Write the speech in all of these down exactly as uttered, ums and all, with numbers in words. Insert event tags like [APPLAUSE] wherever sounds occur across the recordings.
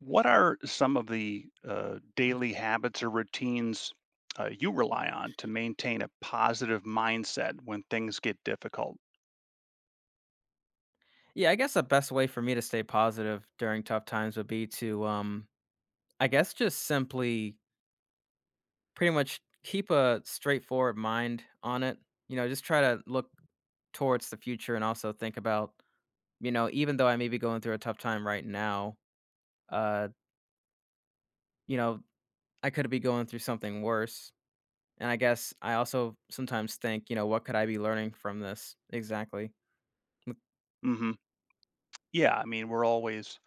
What are some of the uh, daily habits or routines uh, you rely on to maintain a positive mindset when things get difficult? Yeah, I guess the best way for me to stay positive during tough times would be to, um, I guess, just simply pretty much keep a straightforward mind on it. You know, just try to look towards the future and also think about, you know, even though I may be going through a tough time right now, uh, you know, I could be going through something worse. And I guess I also sometimes think, you know, what could I be learning from this exactly? Hmm Yeah, I mean, we're always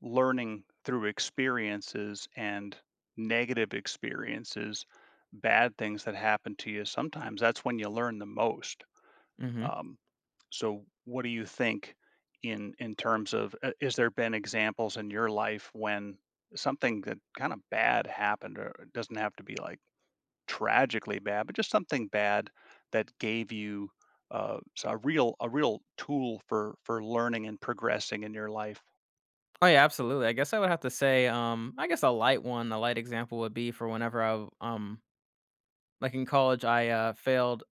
learning through experiences and negative experiences, bad things that happen to you. Sometimes that's when you learn the most. Hmm. Um, So what do you think in in terms of uh, is there been examples in your life when something that kind of bad happened, or it doesn't have to be like tragically bad, but just something bad that gave you uh, s- a real a real tool for for learning and progressing in your life? Oh yeah, absolutely. I guess I would have to say, um, I guess a light one, a light example would be for whenever I, w- um, like in college, I uh, failed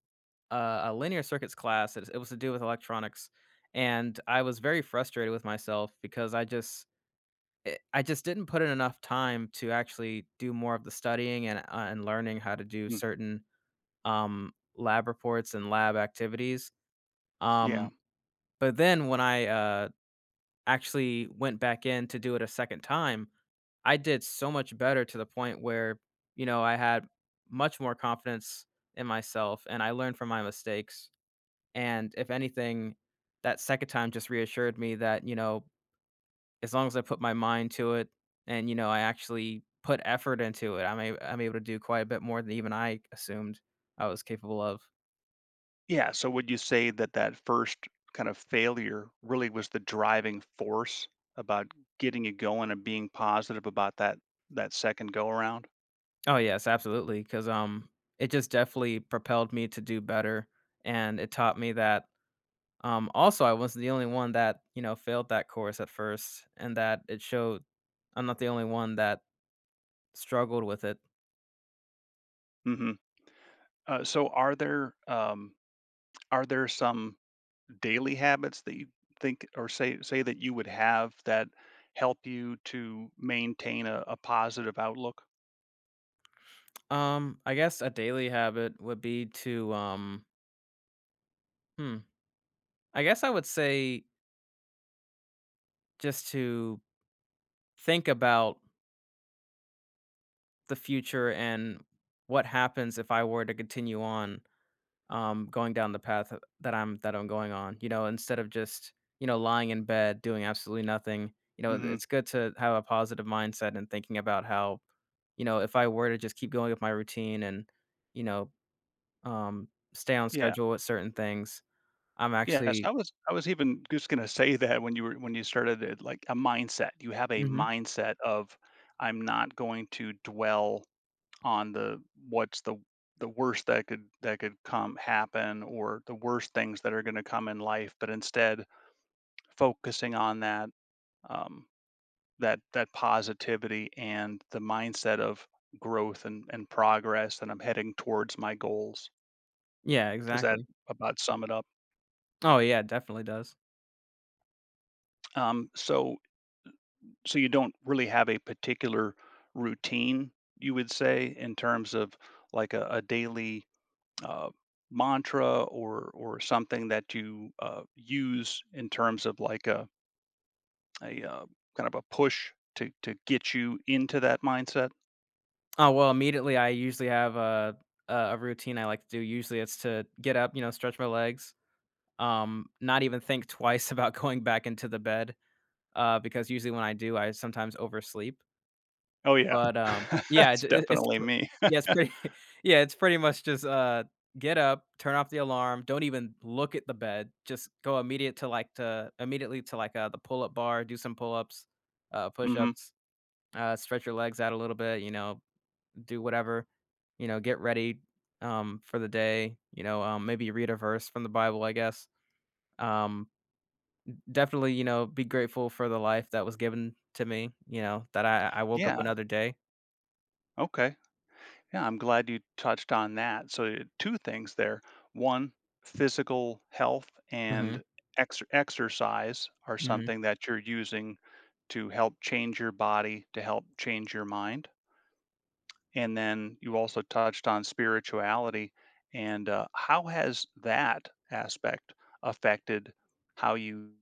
uh, a linear circuits class. It, it was to do with electronics, and I was very frustrated with myself because I just, I I just didn't put in enough time to actually do more of the studying and uh, and learning how to do Mm, certain um, lab reports and lab activities. yeah. Um, but then when I uh, actually went back in to do it a second time, I did so much better to the point where, you know, I had much more confidence in myself and I learned from my mistakes. And if anything, that second time just reassured me that, you know, as long as I put my mind to it and, you know, I actually put effort into it, I'm, a- I'm able to do quite a bit more than even I assumed I was capable of. Yeah, so would you say that that first kind of failure really was the driving force about getting you going and being positive about that that second go around? Oh, yes, absolutely. Cause, um, it just definitely propelled me to do better. And it taught me that. Um, also, I wasn't the only one that, you know, failed that course at first, and that it showed I'm not the only one that struggled with it. Mhm. Uh, so are there um are there some daily habits that you think or say say that you would have that help you to maintain a, a positive outlook? Um, I guess a daily habit would be to um hmm, I guess I would say just to think about the future and what happens if I were to continue on, um, going down the path that I'm that I'm going on. You know, instead of just, you know, lying in bed doing absolutely nothing. You know, Hmm it's good to have a positive mindset and thinking about how, you know, if I were to just keep going with my routine and, you know, um, stay on Yeah. schedule with certain things, I'm Yes, actually. I was I was even just gonna say that when you were when you started it, like a mindset. You have a Hmm. mindset of I'm not going to dwell on the what's the the worst that could that could come happen, or the worst things that are going to come in life, but instead focusing on that. Um, that that positivity and the mindset of growth and, and progress and I'm heading towards my goals, Yeah, is that exactly. about sum it up? Oh yeah, it definitely does. um, so so you don't really have a particular routine, you would say, in terms of like a, a daily uh, mantra or or something that you uh, use in terms of like a, a uh, kind of a push to to get you into that mindset? Oh well, immediately I usually have a a a routine I like to do. Usually it's to get up, you know, stretch my legs, um, not even think twice [LAUGHS] about going back into the bed, uh, because usually when I do, I sometimes oversleep, Oh yeah. but, um, [LAUGHS] [LAUGHS] yeah, it That's it it's definitely pr me. yeah, it's pretty [LAUGHS] yeah, it's pretty much just, uh, get up, turn off the alarm, don't even look at the bed, just go immediate to, like, to immediately to, like, uh, the pull-up bar, do some pull-ups, uh, Hmm push-ups, uh, stretch your legs out a little bit, you know, do whatever, you know, get ready, um, for the day, you know, um, maybe read a verse from the Bible, I guess, um definitely, you know, be grateful for the life that was given to me, you know, that I I woke up yeah. another day. Okay. Yeah, I'm glad you touched on that. So, uh, two things there. One, physical health Mhm, and ex- exercise are mhm. something that you're using to help change your body, to help change your mind. And then you also touched on spirituality. And uh, how has that aspect affected how you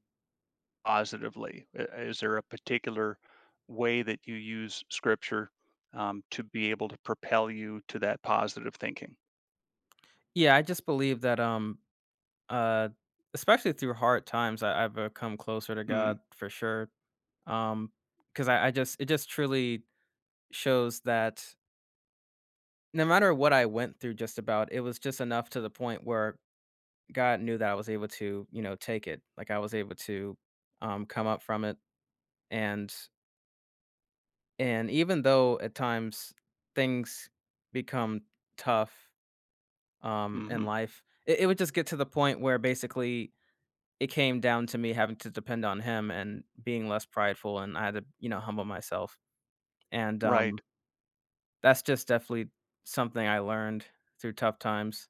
positively? I- Is there a particular way that you use scripture um, to be able to propel you to that positive thinking? Yeah, I just believe that, um, uh, especially through hard times, I I've become closer to Hmm God for sure. Um, because I I just it just truly shows that no matter what I went through just about, it was just enough to the point where God knew that I was able to, you know, take it. Like, I was able to, um, come up from it. and And even though at times things become tough, um, in hmm life, it, it would just get to the point where basically it came down to me having to depend on him and being less prideful, and I had to, you know, humble myself. And um, Right. that's just definitely something I learned through tough times.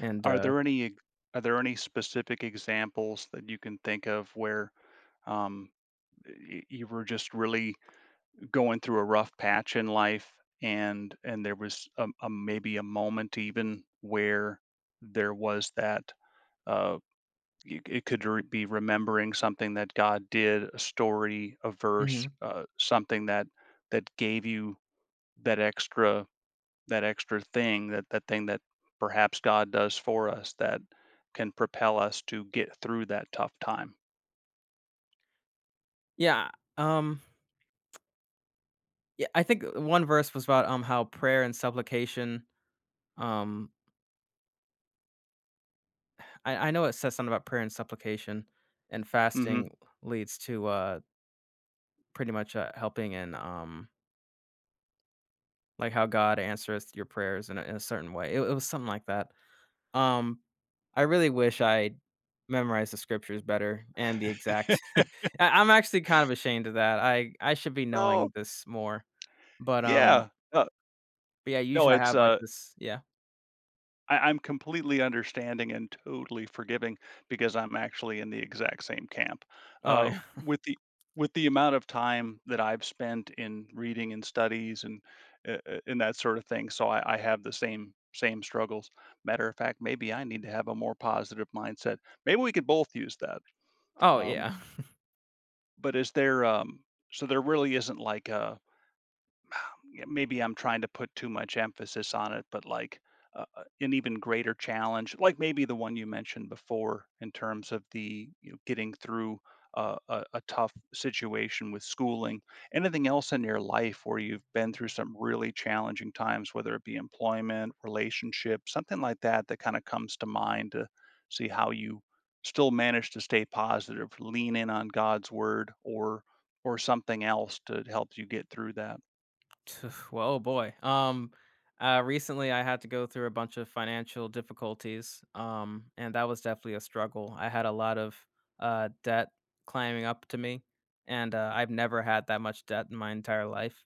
And Are uh, there any ex- are there any specific examples that you can think of where um, y- you were just really going through a rough patch in life, and and there was a, a maybe a moment even where there was that. uh, you it could re- be remembering something that God did, a story, a verse, mhm. uh, something that that gave you that extra, that extra thing, that that thing that perhaps God does for us that can propel us to get through that tough time. Yeah, um, yeah, I think one verse was about um how prayer and supplication, um I I know it says something about prayer and supplication, and Hmm fasting leads to, uh, pretty much, uh, helping and, um, like, how God answers your prayers in a in a certain way. It it was something like that. Um, I really wish I memorized the scriptures better and the exact [LAUGHS] I I'm actually kind of ashamed of that. I I should be knowing Oh, this more, but, um, yeah. Uh, but yeah, No, usually I it's have, like, uh, this. Yeah. I, I'm completely understanding and totally forgiving because I'm actually in the exact same camp. Oh, Uh, yeah. [LAUGHS] with the with the amount of time that I've spent in reading and studies and uh, uh, and that sort of thing, so I, I have the same same struggles. Matter of fact, maybe I need to have a more positive mindset. Maybe we could both use that. Oh, Um, yeah. but is there um, so there really isn't like a, yeah, maybe I'm trying to put too much emphasis on it, but like uh, uh, an even greater challenge, like maybe the one you mentioned before, in terms of the you know getting through uh, a, a tough situation with schooling. Anything else in your life where you've been through some really challenging times, whether it be employment, relationship, something like that, that kind of comes to mind to see how you still manage to stay positive, lean in on God's word, or or something else to help you get through that. [LAUGHS] Well, boy. Um, uh, recently I had to go through a bunch of financial difficulties, um, and that was definitely a struggle. I had a lot of uh, debt climbing up to me, and uh, I've never had that much debt in my entire life.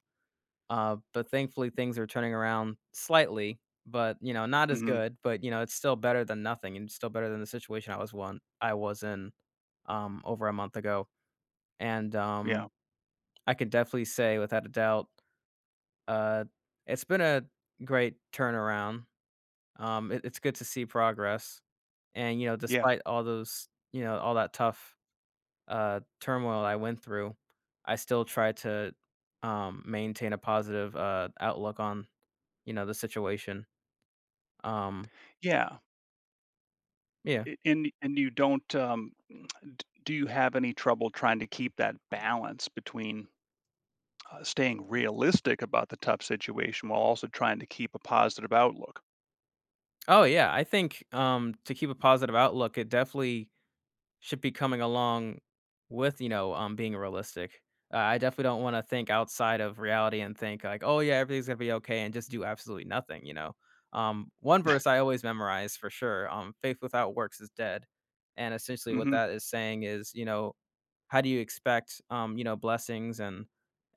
Uh, but thankfully, things are turning around slightly, but you know, not as Mhm. good. But you know, it's still better than nothing, and still better than the situation I was one I was in um, over a month ago. And Yeah, um, I can definitely say, without a doubt. Uh, it's been a great turnaround. Um, it, it's good to see progress, and you know, yeah, despite all those, you know, all that tough uh, turmoil I went through, I still try to um, maintain a positive uh, outlook on, you know, the situation. Um, yeah, yeah. a and and you don't, um d do you have any trouble trying to keep that balance between, uh, staying realistic about the tough situation while also trying to keep a positive outlook? Oh yeah, I think um, to keep a positive outlook, it definitely should be coming along with, you know, um, being realistic. Uh, I definitely don't wanna think outside of reality and think like, "Oh, yeah, everything's gonna be okay," and just do absolutely nothing, you know? Um, one verse I always memorize for sure, um, "Faith without works is dead." And essentially what Mhm. that is saying is, you know, how do you expect, um, you know, blessings and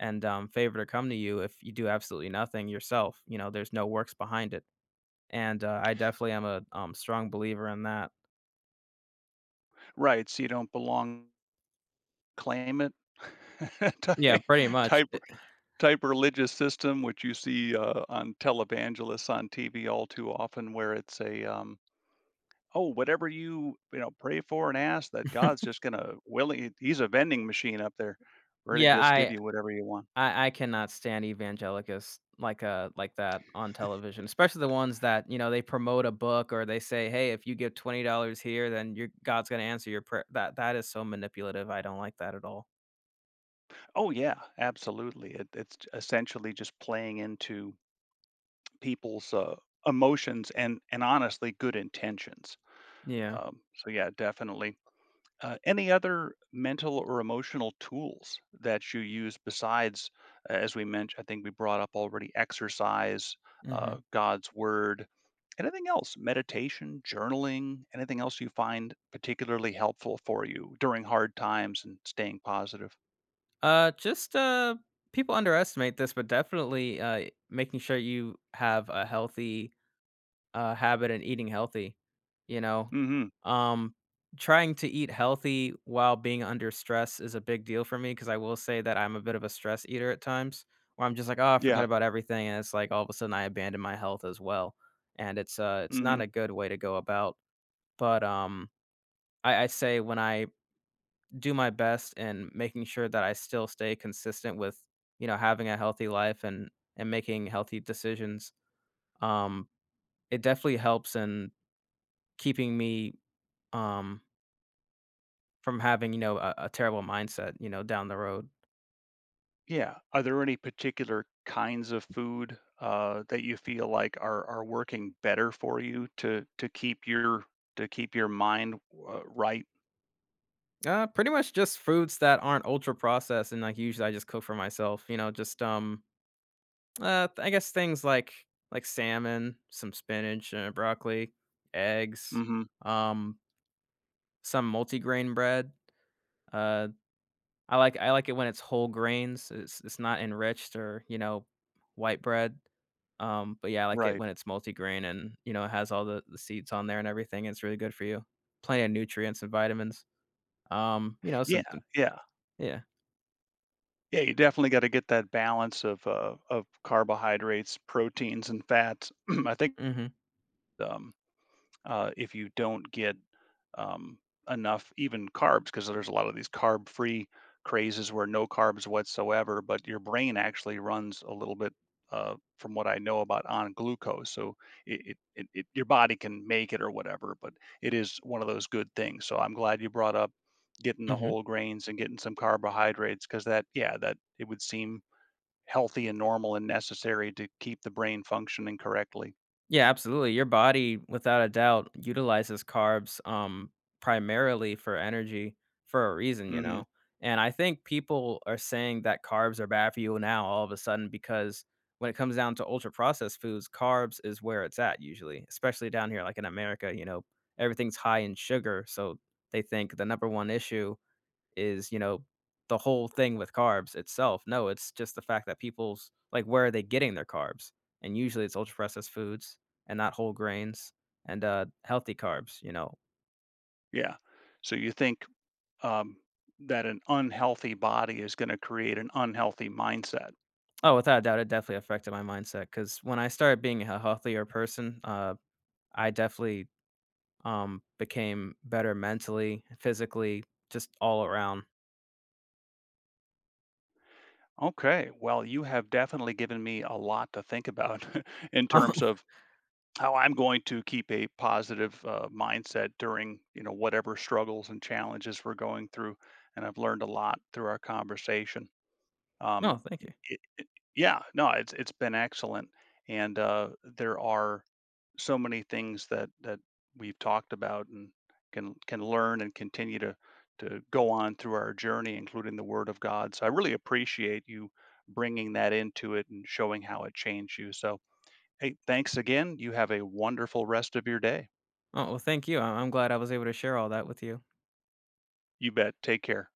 and, um, favor to come to you if you do absolutely nothing yourself? You know, there's no works behind it. And, uh, I definitely am a, um, strong believer in that. Right, so you don't belong, claim it, [LAUGHS] ty Yeah, pretty much. type type religious system, which you see, uh, on televangelists on T V all too often where it's a, um oh, whatever you, you know, pray for and ask that God's [LAUGHS] just gonna willing he's a vending machine up there, ready to Yeah, just give I you whatever you want. I I cannot stand evangelicals like, uh like that on television, especially the ones that, you know, they promote a book or they say, "Hey, if you give twenty dollars here, then your God's gonna answer your prayer." That that is so manipulative, I don't like that at all. Oh yeah, absolutely. It, it's j- essentially just playing into people's uh, emotions and and honestly good intentions. Yeah, Um, so yeah, definitely. Uh, any other mental or emotional tools that you use besides, uh, as we mentioned, I think we brought up already exercise, mhm. uh, God's word, anything else, meditation, journaling, anything else you find particularly helpful for you during hard times and staying positive? Uh, just, uh people underestimate this, but definitely, uh, making sure you have a healthy uh, habit and eating healthy, you know? Mm-hmm. Um, trying to eat healthy while being under stress is a big deal for me because I will say that I'm a bit of a stress eater at times where I'm just like, oh, forget Yeah. about everything. And it's like all of a sudden I abandon my health as well. And it's uh it's Mm-hmm. not a good way to go about. But um I, I say when I do my best and making sure that I still stay consistent with, you know, having a healthy life and and making healthy decisions, um, it definitely helps in keeping me um, from having, you know, a, a terrible mindset, you know, down the road. Yeah. Are there any particular kinds of food uh, that you feel like are are working better for you to to keep your to keep your mind uh, right? Uh, pretty much just foods that aren't ultra processed, and like usually I just cook for myself. You know, just um, uh, I guess things like like salmon, some spinach, uh, broccoli, eggs, Mhm. um, some multigrain bread. Uh, I like I like it when it's whole grains, it's it's not enriched or, you know, white bread, um, but, yeah, I like it Right. when it's multigrain and, you know, it has all the the seeds on there and everything, it's really good for you. Plenty of nutrients and vitamins, um, you know, some Yeah, some yeah. yeah, Yeah, you definitely gotta get that balance of, uh, of carbohydrates, proteins, and fats. [CLEARS THROAT] I think, mhm, um uh, if you don't get um, enough even carbs, because there's a lot of these carb free crazes where no carbs whatsoever, but your brain actually runs a little bit, uh, from what I know about, on glucose. So it, it, it, it your body can make it or whatever, but it is one of those good things. So I'm glad you brought up getting the mhm. whole grains and getting some carbohydrates, because that, yeah, that it would seem healthy and normal and necessary to keep the brain functioning correctly. Yeah, absolutely. Your body, without a doubt, utilizes carbs um, primarily for energy for a reason, you Hmm know? And I think people are saying that carbs are bad for you now all of a sudden because when it comes down to ultra processed foods, carbs is where it's at usually, especially down here, like in America, you know, everything's high in sugar. So they think the number one issue is, you know, the whole thing with carbs itself. No, it's just the fact that people's like, where are they getting their carbs? And usually it's ultra processed foods and not whole grains and uh, healthy carbs, you know. yeah, so you think um, that an unhealthy body is going to create an unhealthy mindset. Oh, without a doubt, it definitely affected my mindset because when I started being a healthier person, uh, I definitely um, became better mentally, physically, just all around. [LAUGHS] Okay, well, you have definitely given me a lot to think about [LAUGHS] in terms of how I'm going to keep a positive uh, mindset during you know whatever struggles and challenges we're going through. And I've learned a lot through our conversation. Oh, no, Um, thank you. it, it- yeah, no, it's it's been excellent, and uh, there are so many things that that we've talked about and can can learn and continue to to go on through our journey, including the word of God. So I really appreciate you bringing that into it and showing how it changed you. So hey, thanks again. You have a wonderful rest of your day. Oh, well, thank you. I- I'm glad I was able to share all that with you. You bet, take care.